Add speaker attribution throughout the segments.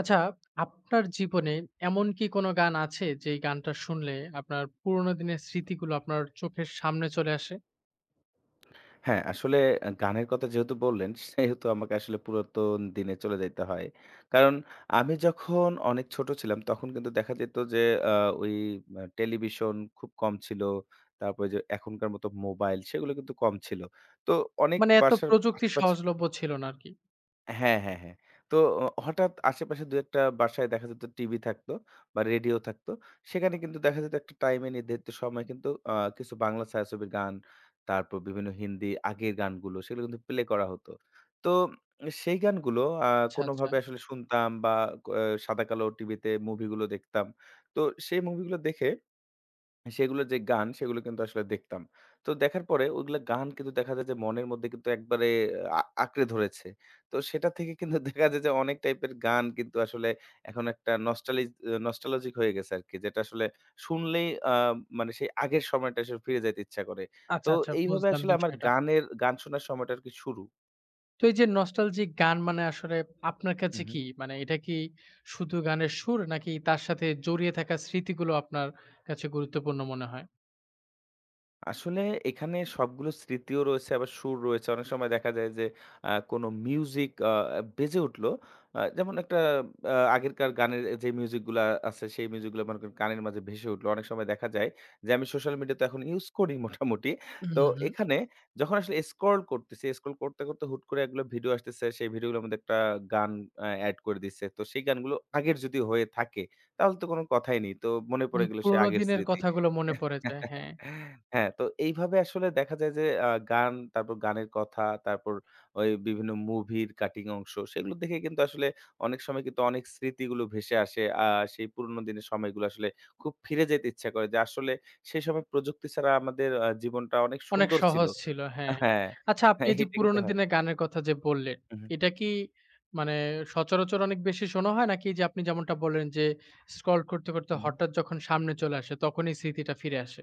Speaker 1: আচ্ছা, আপনার জীবনে এমন কি কোনো গান আছে যেই গানটা শুনলে আপনার পুরোনো দিনের স্মৃতিগুলো আপনার চোখের সামনে চলে আসে?
Speaker 2: হ্যাঁ, আসলে গানের কথা যেহেতু বললেন, সেহেতু আমাকে আসলে পুরাতন দিনে চলে যাইতে হয়। কারণ আমি যখন অনেক ছোট ছিলাম, তখন কিন্তু দেখা যেত যে আ ওই আ টেলিভিশন খুব কম ছিল। তারপরে যে এখনকার মতো মোবাইল, সেগুলো কিন্তু কম ছিল। তো অনেক
Speaker 1: মানে এত
Speaker 2: বাসার
Speaker 1: প্রযুক্তি
Speaker 2: আশেপাশে।
Speaker 1: সহজলভ্য ছিল না আরকি।
Speaker 2: হ্যাঁ, হ্যাঁ, হ্যাঁ। তো হঠাৎ আশেপাশে ২-১ টা বাসায় দেখা যেত টিভি থাকতো বা রেডিও থাকতো। সেখানে কিন্তু দেখা যেত একটা টাইমে নির্ধারিত সময় কিন্তু কিছু বাংলা ছায়াছবির গান, তারপর বিভিন্ন হিন্দি আগের গানগুলো সেগুলো কিন্তু প্লে করা হতো। তো সেই গানগুলো
Speaker 1: আচ্ছা, আচ্ছা।
Speaker 2: কোনোভাবে আসলে শুনতাম বা ক সাদাকালো টিভিতে মুভিগুলো দেখতাম। তো সেই মুভিগুলো দেখে সেগুলোর যে গান, সেগুলো কিন্তু আসলে দেখতাম। তো দেখার পরে ওইগুলা গান কিন্তু দেখা যায় যে মনের মধ্যে কিন্তু একবারে আঁকড়ে ধরেছে। তো সেটা থেকে কিন্তু দেখা যায় যে অনেক টাইপের গান কিন্তু আসলে এখন একটা নস্টালজিক হয়ে গেছে আরকি। যেটা আসলে শুনলেই মানে সেই আগের সময়টা আসলে ফিরে যাইতে ইচ্ছা করে। তো
Speaker 1: আচ্ছা, আচ্ছা
Speaker 2: এইভাবে
Speaker 1: বুঝলাম
Speaker 2: আসলে আমার
Speaker 1: বিষয়টা।
Speaker 2: গানের গান শোনার সময়টা আরকি শুরু।
Speaker 1: তো এই যে নস্টালজিক গান মানে আসলে আপনার
Speaker 2: হু,
Speaker 1: কাছে
Speaker 2: হু।
Speaker 1: কি? মানে এটা কি শুধু গানের সুর নাকি তার সাথে জড়িয়ে থাকা স্মৃতিগুলো আপনার কাছে গুরুত্বপূর্ণ মনে হয়?
Speaker 2: আসলে এখানে সবগুলো স্মৃতিও রয়েছে আবার সুর রয়েছে। অনেক সময় দেখা যায় যে কোনো মিউজিক বেজে উঠলো। যেমন একটা আগেরকার গানের যে মিউজিকগুলা আছে সেই মিউজিকগুলা মনে করেন কানের মাঝে ভেসে উঠলো। অনেক সময় দেখা যায় যে আমি সোশ্যাল মিডিয়া তো এখন ইউজ করি মোটামুটি। তো
Speaker 1: হুম, হুম।
Speaker 2: এখানে যখন আসলে স্ক্রল করতেছি, স্ক্রল করতে, করতে হুট করে এগুলো ভিডিও আসতেছে। সেই ভিডিওগুলোর মধ্যে একটা গান এড করে দিচ্ছে। তো সেই গানগুলো আগের যদি হয়ে থাকে তাহলে তো কোনো কথাই নেই। তো মনে পড়ে
Speaker 1: মানে
Speaker 2: গেল সেই
Speaker 1: পুরোনো
Speaker 2: আগের
Speaker 1: দিনের
Speaker 2: স্মৃতি।
Speaker 1: কথাগুলো মনে পড়ে যায়, হ্যাঁ।
Speaker 2: হ্যাঁ, তো এইভাবে আসলে দেখা যায় যে গান, তারপর গানের কথা, তারপর ওই বিভিন্ন মুভির কাটিং অংশ, সেগুলো দেখে কিন্তু আসলে অনেক সময় কিন্তু অনেক স্মৃতিগুলো ভেসে আসে। সেই পুরোনো দিনের সময়গুলো আসলে খুব ফিরে যেতে ইচ্ছা করে যে আসলে সেই সময় প্রযুক্তি ছাড়া আমাদের জীবনটা অনেক
Speaker 1: অনেক
Speaker 2: সুন্দর ছিল।
Speaker 1: সহজ ছিল, হ্যাঁ।
Speaker 2: হ্যাঁ,
Speaker 1: আচ্ছা আপনি
Speaker 2: হ্যাঁ,
Speaker 1: এই যে
Speaker 2: এইটা কিন্তু
Speaker 1: পুরোনো
Speaker 2: হয়।
Speaker 1: দিনের গানের কথা যে বললেন,
Speaker 2: হু, হু,
Speaker 1: এটা কি মানে সচরাচর অনেক বেশি শোনা হয়? নাকি যে আপনি যেমনটা বললেন যে স্ক্রল করতে, করতে
Speaker 2: হু।
Speaker 1: হঠাৎ যখন সামনে চলে আসে তখনই স্মৃতিটা ফিরে আসে?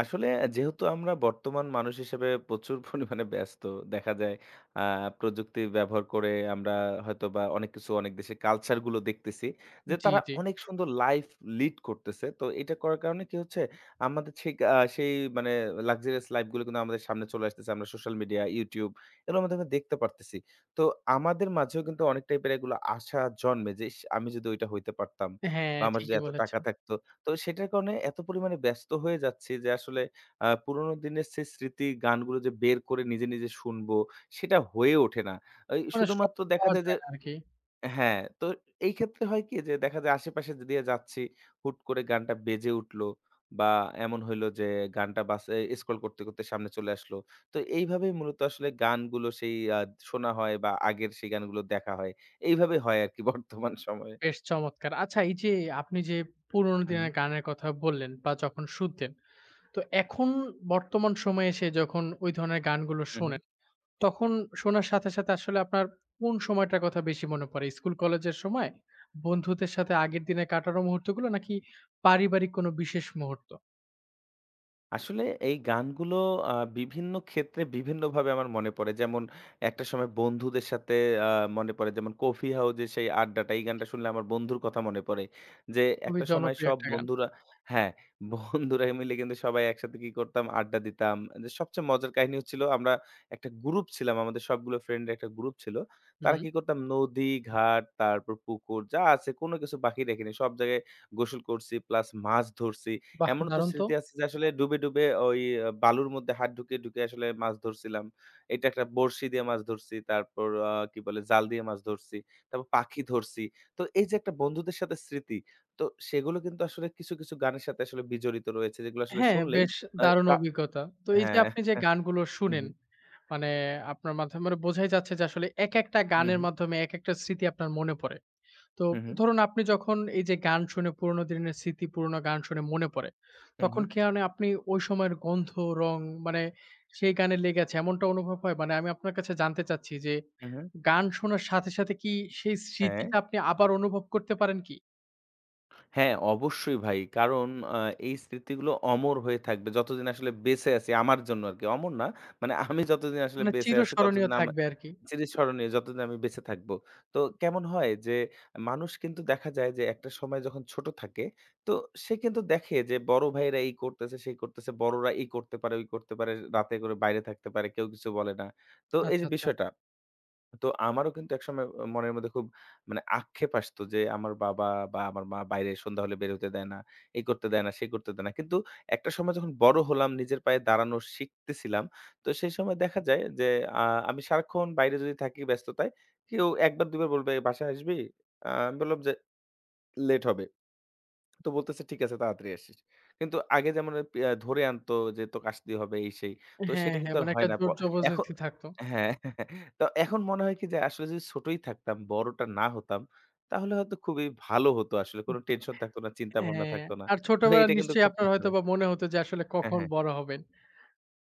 Speaker 2: আসলে যেহেতু আমরা বর্তমান মানুষ হিসেবে প্রচুর পরিমাণে ব্যস্ত দেখা যায়, প্রযুক্তি ব্যবহার করে আমরা হয়তো বা অনেক কিছু অনেক দেশের কালচার গুলো দেখতেছি যে
Speaker 1: জি,
Speaker 2: তারা
Speaker 1: জি।
Speaker 2: অনেক সুন্দর লাইফ লিড করতেছে। তো এটা করার কারণে কি হচ্ছে, আমাদের সেই মানে লাক্সারিয়াস লাইফ গুলো কিন্তু আমাদের সামনে চলে আসতেছে, আমরা সোশ্যাল মিডিয়া, ইউটিউব এগুলোর মাধ্যমে দেখতে পারতেছি। তো আমাদের মাঝেও কিন্তু অনেক টাইপের এগুলো আশা জন্মে যে ইস, আমি যদি ওইটা হইতে পারতাম,
Speaker 1: হ্যাঁ,
Speaker 2: বা আমার যদি
Speaker 1: ঠিকই
Speaker 2: এত টাকা
Speaker 1: বলেছেন।
Speaker 2: থাকতো। তো সেটার কারণে এত পরিমাণে ব্যস্ত হয়ে যাচ্ছি যে আসলে পুরোনো দিনের সেই স্মৃতি গানগুলো যে বের করে নিজে, নিজে শুনবো সেটা হয়ে ওঠে না। ওই
Speaker 1: মানে সব
Speaker 2: শুধুমাত্র দেখা
Speaker 1: পাওয়া
Speaker 2: যায় যে
Speaker 1: যায় না আরকি।
Speaker 2: হ্যাঁ, তো এই ক্ষেত্রে হয় কি যে দেখা যায় আশেপাশে দিয়ে যাচ্ছি, হুট করে গানটা বেজে উঠলো বা এমন হইলো যে গানটা বাসে স্ক্রল করতে, করতে সামনে চলে আসলো। তো এইভাবেই মূলত আসলে গানগুলো সেই শোনা হয় বা আগের সেই গানগুলো দেখা হয়। এইভাবে হয় আরকি বর্তমান সময়ে।
Speaker 1: বেশ চমৎকার। আচ্ছা এই যে আপনি যে পুরোনো
Speaker 2: হু, হু।
Speaker 1: দিনের গানের কথা বললেন বা যখন শুনতেন, তো এখন বর্তমান সময়ে এসে যখন ওই ধরনের গানগুলো
Speaker 2: হু, হু।
Speaker 1: শোনেন তখন শোনার সাথে, সাথে আসলে আপনার কোন সময়টার কথা বেশি মনে পড়ে? স্কুল, কলেজের সময়? বন্ধুদের সাথে আগের দিনে কাটানো মুহূর্তগুলো? নাকি পারিবারিক কোনো বিশেষ মুহূর্ত?
Speaker 2: আসলে এই গানগুলো আ বিভিন্ন ক্ষেত্রে বিভিন্নভাবে আমার মনে পড়ে। যেমন একটা সময় বন্ধুদের সাথে আ মনে পড়ে যেমন কফি হাউজে সেই আড্ডাটা, এই গানটা শুনলে আমার বন্ধুর কথা মনে পড়ে। যে
Speaker 1: খুবই
Speaker 2: একটা সময়
Speaker 1: জনপ্রিয়
Speaker 2: সব
Speaker 1: একটা গান।
Speaker 2: বন্ধুরা হ্যাঁ, বন্ধুরা মিলে কিন্তু সবাই একসাথে কি করতাম আড্ডা দিতাম। যে সবচেয়ে মজার কাহিনী হচ্ছিল আমরা একটা গ্রুপ ছিলাম, আমাদের সবগুলো ফ্রেন্ডের একটা গ্রুপ ছিল। তারা
Speaker 1: হুম,
Speaker 2: কি করতাম নদী, ঘাট, তারপর পুকুর যা আছে কোনো কিছু বাকি রাখিনি। সব জায়গায় গোসল করছি প্লাস মাছ ধরছি।
Speaker 1: বাহ!
Speaker 2: এমনও তো
Speaker 1: দারুণ তো।
Speaker 2: স্মৃতি আছে যে আসলে ডুবে, ডুবে ওই বালুর মধ্যে হাত ঢুকিয়ে, ঢুকিয়ে আসলে মাছ ধরছিলাম। এটা একটা বড়শি দিয়ে মাছ ধরছি। তারপর কি বলে জাল দিয়ে মাছ ধরছি। তারপর পাখি ধরছি। তো এই যে একটা বন্ধুদের সাথে স্মৃতি, তো সেগুলো কিন্তু আসলে কিছু, কিছু গানের সাথে আসলে বিজড়িত রয়েছে যেগুলো আসলে
Speaker 1: হ্যাঁ,
Speaker 2: শুনলেই
Speaker 1: বেশ
Speaker 2: আ
Speaker 1: দারুণ
Speaker 2: তা
Speaker 1: অভিজ্ঞতা। তো এই যে
Speaker 2: হ্যাঁ।
Speaker 1: আপনি যে গানগুলো
Speaker 2: হু,
Speaker 1: শুনেন,
Speaker 2: হু।
Speaker 1: মানে আপনার মাধ্যমে মানে বোঝাই যাচ্ছে যে আসলে একেকটা
Speaker 2: হু,
Speaker 1: গানের
Speaker 2: হু।
Speaker 1: মাধ্যমে একেকটা স্মৃতি আপনার মনে পড়ে। তো
Speaker 2: হু, হু।
Speaker 1: ধরুন আপনি যখন এই যে গান শুনে পুরোনো দিনের স্মৃতি, পুরোনো গান শুনে মনে পড়ে,
Speaker 2: হু, হু।
Speaker 1: তখন কি মানে আপনি ওই সময়ের গন্ধ, রং মানে সেই গানে লেগে আছে এমনটা অনুভব হয়? মানে আমি আপনার কাছে জানতে চাচ্ছি যে
Speaker 2: হু, হু।
Speaker 1: গান শোনার সাথে, সাথে কি সেই
Speaker 2: হ্যাঁ।
Speaker 1: স্মৃতিটা আপনি আবার অনুভব করতে পারেন কি?
Speaker 2: হ্যাঁ, অবশ্যই ভাই। কারণ আ এই স্মৃতিগুলো অমর হয়ে থাকবে। যতদিন আসলে বেঁচে আছি আমার জন্য আরকি। অমর না, মানে আমি যতদিন আসলে
Speaker 1: মানে
Speaker 2: বেঁচে আছি
Speaker 1: চিরস্মরণীয়
Speaker 2: ততদিন
Speaker 1: থাকবে আরকি।
Speaker 2: চিরস্মরণীয় যতদিন আমি বেঁচে থাকবো। তো কেমন হয় যে মানুষ কিন্তু দেখা যায় যে একটা সময় যখন ছোট থাকে, তো সে কিন্তু দেখে যে বড় ভাইয়েরা এই করতেছে, সেই করতেছে, বড়রা এই করতে পারে, ওই করতে পারে, রাতে করে বাইরে থাকতে পারে, কেউ কিছু বলে না। তো এই
Speaker 1: আচ্ছা,
Speaker 2: যে
Speaker 1: আচ্ছা।
Speaker 2: বিষয়টা, তো আমারও কিন্তু একসময় মনের মধ্যে খুব মানে আক্ষেপ আসতো যে, আমার বাবা বা আমার মা বাইরে সন্ধ্যা হলে বের হতে দেয় না, এই করতে দেয় না, সেই করতে দেয় না। কিন্তু একটা সময় যখন বড় হলাম, নিজের পায়ে দাঁড়ানো শিখতেছিলাম, তো সেই সময় দেখা যায় যে, আ আমি সারাক্ষণ বাইরে যদি থাকি ব্যস্ততায়, কেউ ১ বার ২ বার বলবে, "বাসায় আসবি?" আমি বললাম যে, "লেট হবে।" তো বলতেছে, "ঠিক আছে তাড়াতাড়ি আসিস।" কিন্তু আগে যেমন ওই পিয়া ধরে আনতো যে তোকে আসতেই হবে এই সেই। তো
Speaker 1: হ্যাঁ,
Speaker 2: সেটা কিন্তু
Speaker 1: হ্যাঁ,
Speaker 2: আর
Speaker 1: মানে
Speaker 2: হয়
Speaker 1: একটা
Speaker 2: না।
Speaker 1: জোর
Speaker 2: এখন
Speaker 1: জবরদস্তি থাকতো।
Speaker 2: হ্যাঁ, তো এখন মনে হয় কি যে আসলে যদি ছোটই থাকতাম, বড়টা না হতাম, তাহলে হয়তো খুবই ভালো হতো আসলে। কোনো টেনশন থাকতো না, চিন্তা ভাবনা
Speaker 1: হ্যাঁ,
Speaker 2: থাকতো না।
Speaker 1: আর
Speaker 2: তো
Speaker 1: ছোটবেলায়
Speaker 2: এটা কিন্তু
Speaker 1: নিশ্চয়ই
Speaker 2: খুব
Speaker 1: আপনার
Speaker 2: মিস করি।
Speaker 1: হয়তোবা মনে হতো যে আসলে
Speaker 2: হ্যাঁ,
Speaker 1: কখন
Speaker 2: হ্যাঁ।
Speaker 1: বড় হবেন?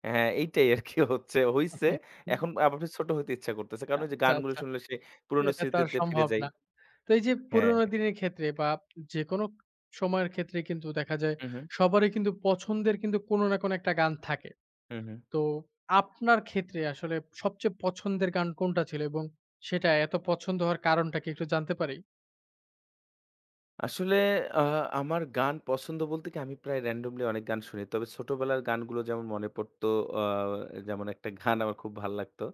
Speaker 2: হ্যাঁ, এইটাই আরকি হচ্ছে হইছে। এখন আবার ফির ছোট হইতে ইচ্ছা করতেছে। কারণ ওই যে
Speaker 1: আচ্ছা,
Speaker 2: গানগুলো
Speaker 1: আচ্ছা।
Speaker 2: শুনলে সেই পুরোনো
Speaker 1: এটা তো আর
Speaker 2: স্মৃতিতে ফিরে
Speaker 1: সম্ভব
Speaker 2: যাই।
Speaker 1: না। তো এই যে পুরোনো
Speaker 2: হ্যাঁ।
Speaker 1: দিনের ক্ষেত্রে বা যেকোনো সময়ের ক্ষেত্রে কিন্তু দেখা যায়
Speaker 2: হু, হু।
Speaker 1: সবারই কিন্তু পছন্দের কিন্তু কোনো না কোনো একটা গান থাকে।
Speaker 2: হু, হু।
Speaker 1: তো আপনার ক্ষেত্রে আসলে সবচেয়ে পছন্দের গান কোনটা ছিল? এবং সেটা এত পছন্দ হওয়ার কারণটা কি একটু জানতে পারি?
Speaker 2: আসলে আ আমার গান পছন্দ বলতে কি আমি প্রায় randomly অনেক গান শুনি। তবে ছোটবেলার গানগুলো যেমন মনে পড়তো, আ যেমন একটা গান আমার খুব ভাল লাগতো।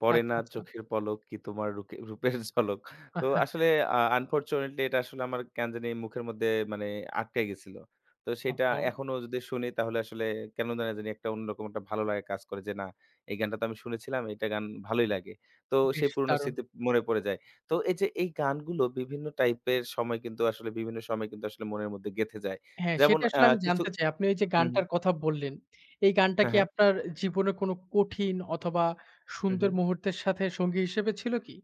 Speaker 2: পড়ে না
Speaker 1: আচ্ছা, আচ্ছা।
Speaker 2: চোখের পলক কি তোমার রুকে রূপের ঝলক। তো আসলে আনফরচুনেটলি এটা আসলে আমার কেন জানি মুখের মধ্যে মানে আটকাই গেছিল। তো সেটা
Speaker 1: ওহো!
Speaker 2: এখনো যদি শুনি তাহলে আসলে কেন না জানি একটা অন্যরকম একটা ভালো লাগা কাজ করে যে না, এই গানটা তো আমি শুনেছিলাম, এটা গান ভালোই লাগে। তো সেই
Speaker 1: বেশ
Speaker 2: পুরনো
Speaker 1: দারুণ।
Speaker 2: স্মৃতি মনে পড়ে যায়। তো এই যে এই গানগুলো বিভিন্ন টাইপের সময় কিন্তু আসলে বিভিন্ন সময় কিন্তু আসলে মনের মধ্যে গেঁথে যায়।
Speaker 1: হ্যাঁ,
Speaker 2: যেমন
Speaker 1: সেটা আসলে আমি
Speaker 2: কিছু
Speaker 1: জানতে চাই। আপনি এই যে
Speaker 2: হুম, হুম।
Speaker 1: গানটার কথা বললেন, এই গানটা
Speaker 2: হ্যাঁ,
Speaker 1: কি
Speaker 2: হ্যাঁ।
Speaker 1: আপনার জীবনে কোনো কঠিন অথবা
Speaker 2: হুম,
Speaker 1: সুন্দর
Speaker 2: হুম।
Speaker 1: মুহূর্তের সাথে সঙ্গী হিসেবে ছিল কি?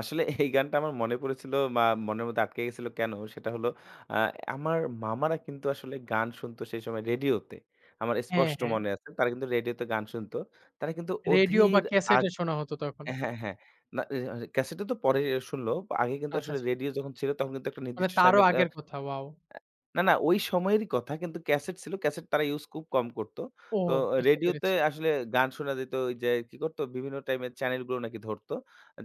Speaker 2: আসলে এই গানটা আমার মনে পড়েছিল বা মনের মধ্যে আটকে গেছিল কেন? সেটা হলো আ আমার মামারা কিন্তু আসলে গান শুনতো সেই সময় রেডিওতে। আমার
Speaker 1: হ্যাঁ,
Speaker 2: স্পষ্ট
Speaker 1: হ্যাঁ।
Speaker 2: মনে আছে। তারা কিন্তু রেডিওতে গান শুনতো। তারা কিন্তু
Speaker 1: রেডিও বা
Speaker 2: অধীর আগ
Speaker 1: ক্যাসেটে শোনা হতো তখন।
Speaker 2: হ্যাঁ, হ্যাঁ। না, এ আ ক্যাসেটে তো পরে শুনলো। আগে কিন্তু
Speaker 1: আচ্ছা,
Speaker 2: আসলে
Speaker 1: আচ্ছা।
Speaker 2: রেডিও যখন ছিল তখন কিন্তু একটা
Speaker 1: মানে
Speaker 2: নির্দিষ্ট সময়।
Speaker 1: তারও আগের কথা। ওয়াও!
Speaker 2: না, না ওই সময়েরই কথা। কিন্তু ক্যাসেট ছিল। ক্যাসেট তারা ইউস খুব কম করত।
Speaker 1: ও
Speaker 2: তো
Speaker 1: বুঝতে
Speaker 2: রেডিওতে
Speaker 1: পেরেছি।
Speaker 2: আসলে গান শোনা যেত, ওই যে কি করত বিভিন্ন টাইমের চ্যানেলগুলো নাকি ধরত।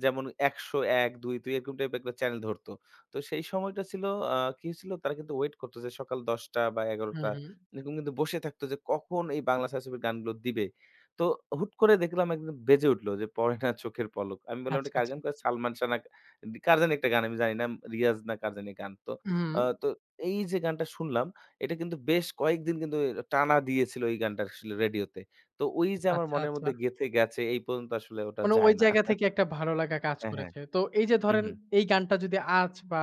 Speaker 2: যেমন ১০০, ১, ২, ২ এরকম টাইপের একটা চ্যানেল ধরত। তো সেই সময়টা ছিল কি হয়েছিল তারা কিন্তু ওয়েট করত যে সকাল ১০:০০ বা
Speaker 1: হুম,
Speaker 2: ১১:০০
Speaker 1: হুম।
Speaker 2: এরকম কিন্তু বসে থাকতো যে কখন এই বাংলা ছায়াছবির গানগুলো দিবে। তো হুট করে দেখলাম একদিন বেজে উঠল যে পড়ে না চোখের পলক। আমি বললাম এটা
Speaker 1: আচ্ছা,
Speaker 2: কার
Speaker 1: আচ্ছা।
Speaker 2: গান? কয় সালমান শাহ না কার জানি একটা গান আমি জানি না। রিয়াজ না কার জানি গান। তো
Speaker 1: হুম।
Speaker 2: আ তো এই যে গানটা শুনলাম, এটা কিন্তু বেশ কয়েকদিন কিন্তু টানা দিয়েছিল এই গানটা আসলে রেডিওতে। তো ওই যে আমার
Speaker 1: আচ্ছা,
Speaker 2: মনের
Speaker 1: আচ্ছা।
Speaker 2: মধ্যে গেঁথে গেছে এই পর্যন্ত আসলে ওটা
Speaker 1: মানে
Speaker 2: যায়
Speaker 1: ওই
Speaker 2: না।
Speaker 1: জায়গা থেকে একটা ভালো লাগা কাজ
Speaker 2: হ্যাঁ, হ্যাঁ।
Speaker 1: করেছে। তো এই যে
Speaker 2: হু,
Speaker 1: ধরেন
Speaker 2: হু।
Speaker 1: এই গানটা যদি আজ বা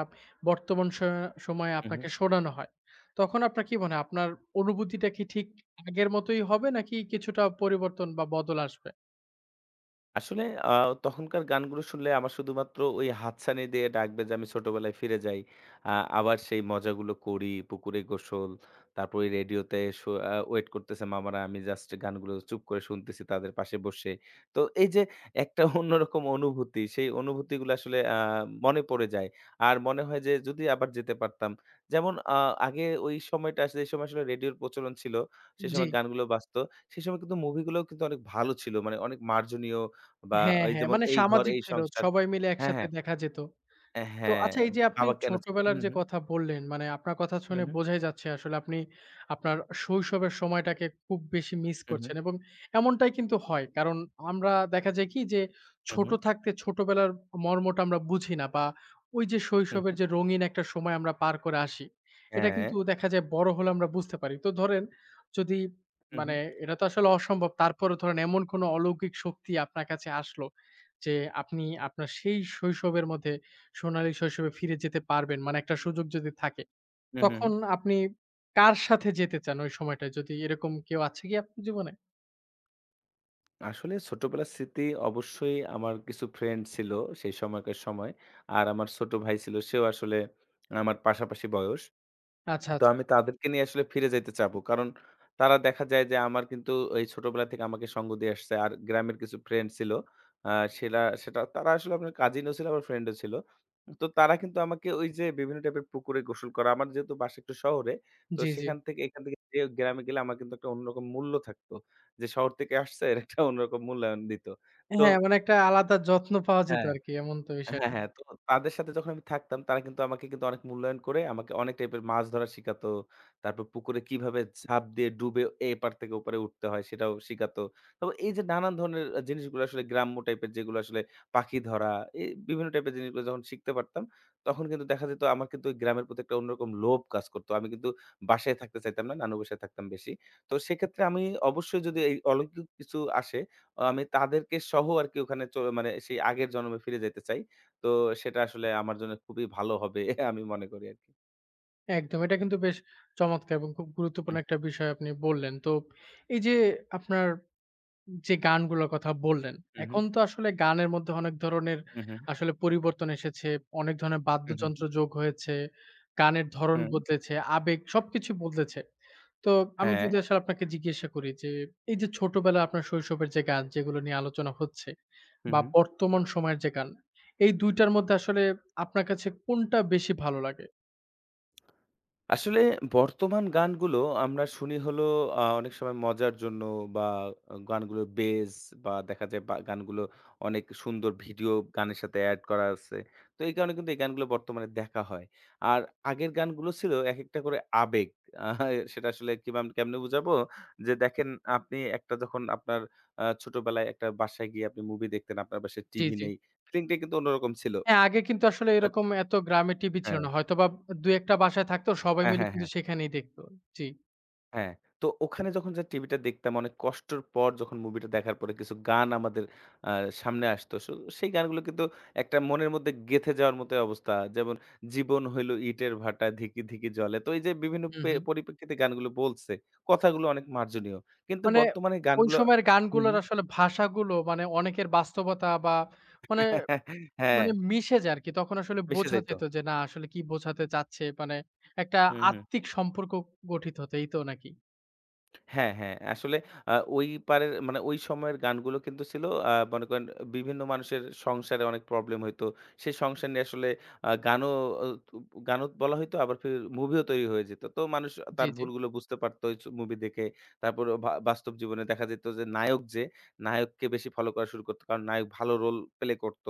Speaker 1: বর্তমান সময়ে
Speaker 2: হু, হু।
Speaker 1: আপনাকে শোনানো হয়, তখন আপনার কি মনে হয় আপনার অনুভূতিটা কি ঠিক আগের মতোই হবে নাকি কিছুটা পরিবর্তন বা বদল আসবে?
Speaker 2: আসলে তখনকার গানগুলো শুনলে আমার শুধুমাত্র ওই হাতছানি দিয়ে ডাকবে যে আমি ছোটবেলায় ফিরে যাই। আ আবার সেই মজাগুলো করি, পুকুরে গোসল, তারপর ওই রেডিওতে শো আ ওয়েট করতেছে মামারা। আমি জাস্ট গানগুলো চুপ করে শুনতেছি তাদের পাশে বসে। তো এই যে একটা অন্যরকম অনুভূতি, সেই অনুভূতিগুলো আসলে মনে পড়ে যায়। আর মনে হয় যে যদি আবার যেতে পারতাম। যেমন আগে ওই সময়টা আসলে, এই সময় আসলে রেডিওর প্রচলন ছিল। সে
Speaker 1: জি।
Speaker 2: সময় গানগুলো বাজতো। সে সময় কিন্তু মুভিগুলোও কিন্তু অনেক ভালো ছিল। মানে অনেক মার্জনীয় বা
Speaker 1: হ্যাঁ,
Speaker 2: ওই
Speaker 1: হ্যাঁ।
Speaker 2: যেমন
Speaker 1: মানে
Speaker 2: এই ঘর
Speaker 1: সামাজিক
Speaker 2: এই
Speaker 1: ছিল।
Speaker 2: সংসার
Speaker 1: সবাই মিলে
Speaker 2: হ্যাঁ,
Speaker 1: একসাথে
Speaker 2: হ্যাঁ।
Speaker 1: দেখা যেত।
Speaker 2: অ্যা
Speaker 1: তো
Speaker 2: হ্যাঁ,
Speaker 1: আচ্ছা এই যে আপনি
Speaker 2: বাবা কেন ছাগল
Speaker 1: ছোটবেলার
Speaker 2: হুম,
Speaker 1: যে
Speaker 2: হুম,
Speaker 1: কথা বললেন, মানে আপনার কথা
Speaker 2: হুম,
Speaker 1: শুনে
Speaker 2: হুম,
Speaker 1: বোঝাই যাচ্ছে আসলে আপনি আপনার শৈশবের সময়টাকে খুব বেশি মিস
Speaker 2: হুম, হুম,
Speaker 1: করছেন এবং এমনটাই কিন্তু হয়। কারণ আমরা দেখা যায় কি যে
Speaker 2: হুম,
Speaker 1: ছোট
Speaker 2: হুম,
Speaker 1: থাকতে ছোটবেলার মর্মটা আমরা বুঝি না বা ওই যে
Speaker 2: হুম,
Speaker 1: শৈশবের
Speaker 2: হুম,
Speaker 1: যে রঙিন একটা সময় আমরা পার করে আসি, এটা
Speaker 2: হ্যাঁ,
Speaker 1: কিন্তু দেখা যায় বড় হলে আমরা বুঝতে পারি। তো ধরেন যদি
Speaker 2: হুম,
Speaker 1: মানে
Speaker 2: হুম,
Speaker 1: এটা তো আসলে অসম্ভব। তারপরেও ধরেন এমন কোনো অলৌকিক শক্তি আপনার কাছে আসলো যে আপনি আপনার সেই শৈশবের মধ্যে সোনালী শৈশবে ফিরে যেতে পারবেন মানে একটা সুযোগ যদি থাকে,
Speaker 2: হুম, হুম।
Speaker 1: তখন আপনি কার সাথে যেতে চান ওই সময়টায়? যদি এরকম কেউ আছে কি আপনার জীবনে?
Speaker 2: আসলে ছোটবেলার স্মৃতি, অবশ্যই আমার কিছু ফ্রেন্ড ছিল সেই সময়কার সময়। আর আমার ছোট ভাই ছিল, সেও আসলে আমার পাশাপাশি বয়স।
Speaker 1: আচ্ছা, আচ্ছা।
Speaker 2: তো আমি তাদেরকে নিয়ে আসলে ফিরে যাইতে চাবো। কারণ তারা দেখা যায় যে আমার কিন্তু এই ছোটবেলা থেকে আমাকে সঙ্গ দিয়ে আসছে। আর গ্রামের কিছু ফ্রেন্ড ছিল। আ সেরা সেটা তারা আসলে আপনার কাজিনও ছিল আবার ফ্রেন্ডও ছিল। তো তারা কিন্তু আমাকে ওই যে বিভিন্ন টাইপের পুকুরে গোসল করা, আমার যেহেতু বাসা একটু শহরে, তো
Speaker 1: জি, জি।
Speaker 2: সেখান থেকে এখান থেকে যে গ্রামে গেলে আমার কিন্তু একটা অন্যরকম মূল্য থাকতো। যে শহর থেকে আসছে এর একটা অন্যরকম মূল্যায়ন দিত। তো
Speaker 1: হ্যাঁ, মানে একটা আলাদা যত্ন পাওয়া যেত
Speaker 2: হ্যাঁ।
Speaker 1: আরকি এমন তো
Speaker 2: হ্যাঁ,
Speaker 1: বিষয়টা।
Speaker 2: হ্যাঁ। তো তাদের সাথে যখন আমি থাকতাম তারা কিন্তু আমাকে কিন্তু অনেক মূল্যায়ন করে আমাকে অনেক টাইপের মাছ ধরা শিখাতো। তারপর পুকুরে কিভাবে ঝাঁপ দিয়ে ডুবে এপার থেকে ওপারে উঠতে হয় সেটাও শিখাতো। তো এই যে নানান ধরনের জিনিসগুলো আসলে গ্রাম্য টাইপের যেগুলো আসলে পাখি ধরা, এই বিভিন্ন টাইপের জিনিসগুলো যখন শিখতে পারতাম, তখন কিন্তু দেখা যেত আমার কিন্তু ওই গ্রামের প্রতি একটা অন্যরকম লোভ কাজ করতো। আমি কিন্তু বাসায় থাকতে চাইতাম না, নানু বাসায় থাকতাম বেশি। তো সেক্ষেত্রে আমি অবশ্যই যদি এই অলৌকিক কিছু আসে, আমি তাদেরকে সহ আরকি ওখানে মানে সেই আগের জন্মে ফিরে যাইতে চাই। তো সেটা আসলে আমার জন্য খুবই ভালো হবে আমি মনে করি আরকি।
Speaker 1: একদম। এটা কিন্তু বেশ চমৎকার এবং খুব গুরুত্বপূর্ণ
Speaker 2: হুম,
Speaker 1: একটা বিষয় আপনি বললেন। তো এই যে আপনার যে গানগুলোর কথা বললেন,
Speaker 2: হু, হু,
Speaker 1: এখন তো আসলে গানের মধ্যে অনেক ধরনের
Speaker 2: হু, হু,
Speaker 1: আসলে পরিবর্তন এসেছে। অনেক ধরনের
Speaker 2: হু, হু,
Speaker 1: বাদ্যযন্ত্র যোগ হয়েছে, গানের ধরন
Speaker 2: হু,
Speaker 1: বদলেছে, আবেগ সবকিছু বদলেছে। তো আমি
Speaker 2: হ্যাঁ,
Speaker 1: যদি আসলে আপনাকে জিজ্ঞাসা করি যে, এই যে ছোটবেলায় আপনার শৈশবের যে গান যেগুলো নিয়ে আলোচনা হচ্ছে
Speaker 2: হু,
Speaker 1: বা
Speaker 2: হু।
Speaker 1: বর্তমান সময়ের যে গান, এই ২ টার মধ্যে আসলে আপনার কাছে কোনটা বেশি ভালো লাগে?
Speaker 2: আসলে বর্তমান গানগুলো আমরা শুনি হলো অনেক সময় মজার জন্য বা গানগুলোর বেজ বা দেখা যায় বা গানগুলো অনেক সুন্দর ভিডিও গানের সাথে এড করা আছে। তো এই কারণে কিন্তু এই গানগুলো বর্তমানে দেখা হয়। আর আগের গানগুলো ছিল একেকটা করে আবেগ। আহ সেটা আসলে কেমনে বুঝাবো? যে দেখেন আপনি একটা যখন আপনার ছোটবেলায় একটা বাসায় গিয়ে আপনি মুভি দেখতেন, আপনার বাসায়
Speaker 1: জি,
Speaker 2: টিভি
Speaker 1: জি।
Speaker 2: নেই। ফিলিংটা কিন্তু অন্যরকম ছিল।
Speaker 1: হ্যাঁ, আগে কিন্তু আসলে
Speaker 2: আত
Speaker 1: এরকম এত গ্রামে টিভি ছিল
Speaker 2: হ্যাঁ।
Speaker 1: না। হয়তোবা ২-১ টা বাসায় থাকতো সবাই
Speaker 2: হ্যাঁ,
Speaker 1: মিলে
Speaker 2: হ্যাঁ,
Speaker 1: কিন্তু
Speaker 2: হ্যাঁ।
Speaker 1: সেখানেই দেখত। জি।
Speaker 2: হ্যাঁ, তো ওখানে যখন যে টিভিটা দেখতাম অনেক কষ্টের পর যখন মুভিটা দেখার পরে কিছু গান আমাদের আ সামনে আসতো। সো সেই গানগুলো কিন্তু একটা মনের মধ্যে গেঁথে যাওয়ার মতোই অবস্থা। যেমন জীবন হইল ইটের ভাটা ধিকি, ধিকি জ্বলে। তো এই যে বিভিন্ন
Speaker 1: হু, হু।
Speaker 2: পরিপ্রেক্ষিতে গানগুলো বলছে, কথাগুলো অনেক মার্জনীয়। কিন্তু
Speaker 1: মানে
Speaker 2: বর্তমানে
Speaker 1: ওই
Speaker 2: গানগুলো
Speaker 1: সময়ের
Speaker 2: হুম,
Speaker 1: গানগুলোর
Speaker 2: হুম।
Speaker 1: আসলে ভাষাগুলো মানে অনেকের বাস্তবতা বা মানে,
Speaker 2: হ্যাঁ,
Speaker 1: মানে মিশে যায় আরকি। তখন আসলে
Speaker 2: মিশে
Speaker 1: বোঝা
Speaker 2: যাইত।
Speaker 1: যেত যে না আসলে কি বোঝাতে চাচ্ছে। মানে একটা
Speaker 2: হুম, হুম।
Speaker 1: আত্মিক সম্পর্ক গঠিত হতো এই তো নাকি?
Speaker 2: হ্যাঁ, হ্যাঁ। আসলে ওই পারের মানে ওই সময়ের গানগুলো কিন্তু ছিল মনে করেন বিভিন্ন মানুষের সংসারে অনেক প্রবলেম হইতো। সেই সংসার নিয়ে আসলে আ গানও অ গানও বলা হইতো আবার ফির মুভিও তৈরি হয়ে যেত। তো মানুষ তার
Speaker 1: জি, জি।
Speaker 2: ভুলগুলো বুঝতে পারত ওই মুভি দেখে। তারপরে বাস্তব জীবনে দেখা যেত যে নায়ককে বেশি ফলো করা শুরু করত। কারণ নায়ক ভালো রোল প্লে করত।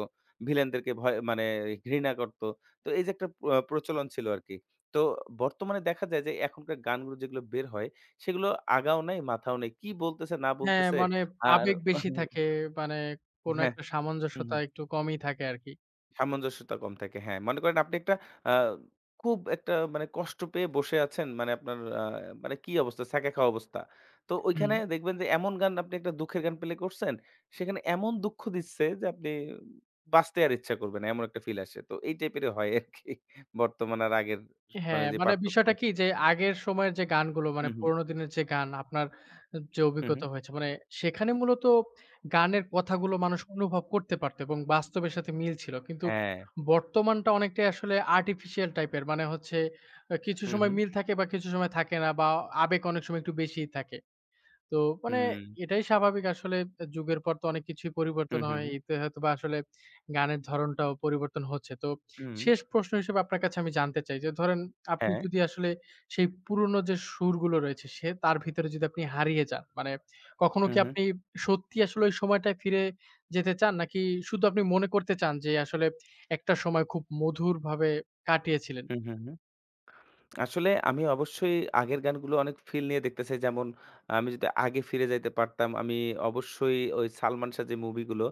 Speaker 2: ভিলেনদেরকে ভয় মানে ঘৃণা করত। তো এই যে একটা প্রচলন ছিল আরকি। তো বর্তমানে দেখা যায় যে এখনকার গানগুলো যেগুলো বের হয় সেগুলো আগাও নাই, মাথাও নাই। কি বলতেছে না
Speaker 1: হ্যাঁ,
Speaker 2: বলতেছে
Speaker 1: মানে
Speaker 2: আর
Speaker 1: আবেগ বেশি থাকে। মানে কোন
Speaker 2: হ্যাঁ,
Speaker 1: একটা
Speaker 2: হুম,
Speaker 1: সামঞ্জস্যতা
Speaker 2: হুম।
Speaker 1: একটু কমই থাকে আরকি।
Speaker 2: সামঞ্জস্যতা কম থাকে। হ্যাঁ, মনে করেন আপনি একটা আ খুব একটা মানে কষ্ট পেয়ে বসে আছেন। মানে আপনার মানে কি অবস্থা? ছ্যাঁকা খাওয়া অবস্থা। তো
Speaker 1: হুম।
Speaker 2: ওইখানে দেখবেন যে এমন গান আপনি একটা দুঃখের গান প্লে করছেন, সেখানে এমন দুঃখ দিচ্ছে যে আপনি বাঁচতে আর ইচ্ছা করবে না। এমন একটা ফিল আসে। তো এই টাইপেরই হয় আরকি বর্তমান আর আগের মানে
Speaker 1: হ্যাঁ,
Speaker 2: যে
Speaker 1: মানে
Speaker 2: পার্থক্য।
Speaker 1: বিষয়টা কি যে আগের সময়ের যে গানগুলো মানে
Speaker 2: হুম, হুম,
Speaker 1: পুরোনো দিনের যে গান আপনার যে
Speaker 2: হুম, হুম।
Speaker 1: অভিজ্ঞতা হয়েছে মানে সেখানে মূলত গানের কথাগুলো মানুষ অনুভব করতে পারত এবং বাস্তবের সাথে মিল ছিল। কিন্তু
Speaker 2: হ্যাঁ।
Speaker 1: বর্তমানটা অনেকটাই আসলে আর্টিফিশিয়াল টাইপের। মানে হচ্ছে কিছু
Speaker 2: হুম,
Speaker 1: সময়
Speaker 2: হুম,
Speaker 1: মিল থাকে বা কিছু সময় থাকে না বা আবেগ অনেক সময় একটু বেশিই থাকে। তো মানে
Speaker 2: হুম,
Speaker 1: এটাই স্বাভাবিক আসলে যুগের পর তো অনেক কিছুই পরিবর্তন
Speaker 2: হুম, হুম,
Speaker 1: হয়।
Speaker 2: হুম,
Speaker 1: এতে হয়তোবা আসলে গানের ধরনটাও পরিবর্তন হচ্ছে। তো
Speaker 2: হুম,
Speaker 1: শেষ প্রশ্ন হিসেবে আপনার কাছে আমি জানতে চাই যে ধরেন আপনি
Speaker 2: হ্যাঁ।
Speaker 1: যদি আসলে সেই পুরনো যে সুরগুলো রয়েছে সে তার ভিতরে যদি আপনি হারিয়ে যান, মানে কখনো
Speaker 2: হু,
Speaker 1: কি
Speaker 2: হু।
Speaker 1: আপনি সত্যি আসলে ওই সময়টায় ফিরে যেতে চান? নাকি শুধু আপনি মনে করতে চান যে আসলে একটা সময় খুব মধুরভাবে কাটিয়েছিলেন?
Speaker 2: হু, হু, হু। আসলে আমি অবশ্যই আগের গানগুলো অনেক ফিল নিয়ে দেখতে চাই। যেমন আমি যদি আগে ফিরে যাইতে পারতাম, আমি অবশ্যই ওই সালমান শাহ যে মুভিগুলো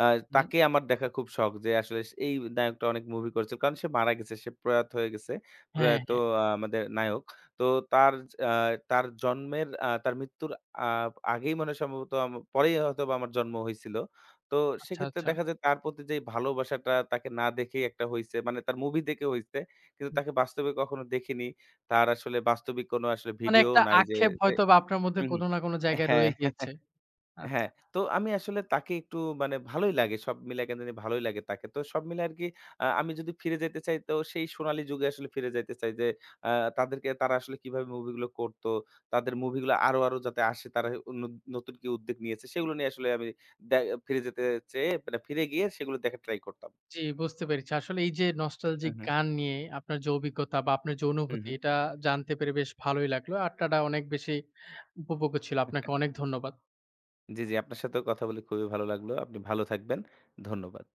Speaker 2: আ
Speaker 1: হুম।
Speaker 2: তাকে আমার দেখা খুব শখ যে আসলে এই নায়কটা অনেক মুভি করেছিল। কারণ সে মারা গেছে, সে প্রয়াত হয়ে গেছে।
Speaker 1: হ্যাঁ,
Speaker 2: প্রয়াত
Speaker 1: হ্যাঁ।
Speaker 2: আমাদের নায়ক। তো তার আ তার জন্মের আ তার মৃত্যুর আ আগেই মনে হয় সম্ভবত পরেই হয়তোবা আমার জন্ম হইছিল। তো
Speaker 1: আচ্ছা,
Speaker 2: সেক্ষেত্রে
Speaker 1: আচ্ছা।
Speaker 2: দেখা যায় তার প্রতি যেই ভালোবাসাটা তাকে না দেখেই একটা হইছে। মানে তার মুভি দেখে হইছে। কিন্তু তাকে বাস্তবে কখনো দেখিনি। তার আসলে বাস্তবিক কোনো আসলে
Speaker 1: মানে
Speaker 2: ভিডিও
Speaker 1: একটা
Speaker 2: নাই যে
Speaker 1: আক্ষেপ
Speaker 2: তে
Speaker 1: হয়তোবা আপনার মধ্যে
Speaker 2: হুম, হুম।
Speaker 1: কোনো না কোনো জায়গায়
Speaker 2: হ্যাঁ,
Speaker 1: রয়ে গিয়েছে। আচ্ছা।
Speaker 2: হ্যাঁ। তো আমি আসলে তাকে একটু মানে ভালোই লাগে। সব মিলায় কেন জানি ভালোই লাগে তাকে। তো সব মিলায় আরকি আমি যদি ফিরে যেতে চাই তো সেই সোনালী যুগে আসলে ফিরে যাইতে চাই যে আ তাদেরকে তারা আসলে কিভাবে মুভিগুলো করত। তাদের মুভিগুলো আরো, আরো যাতে আসে তারা ন নতুন কি উদ্যোগ নিয়েছে সেগুলো নিয়ে আসলে আমি দে ফিরে যেতে চেয়ে মানে ফিরে গিয়ে সেগুলো দেখার ট্রাই করতাম।
Speaker 1: জি, বুঝতে পেরেছি। আসলে এই যে
Speaker 2: হুম,
Speaker 1: নস্টালজিক
Speaker 2: হুম,
Speaker 1: গান নিয়ে আপনার যে অভিজ্ঞতা বা আপনার যে
Speaker 2: হুম,
Speaker 1: অনুভূতি
Speaker 2: হুম।
Speaker 1: এটা জানতে পেরে বেশ ভালোই লাগলো। আড্ডাটা অনেক বেশি উপভোগ্য ছিল। আপনাকে অনেক ধন্যবাদ।
Speaker 2: জি, জি। আপনার সাথেও কথা বলে খুবই ভালো লাগলো। আপনি ভালো থাকবেন। ধন্যবাদ।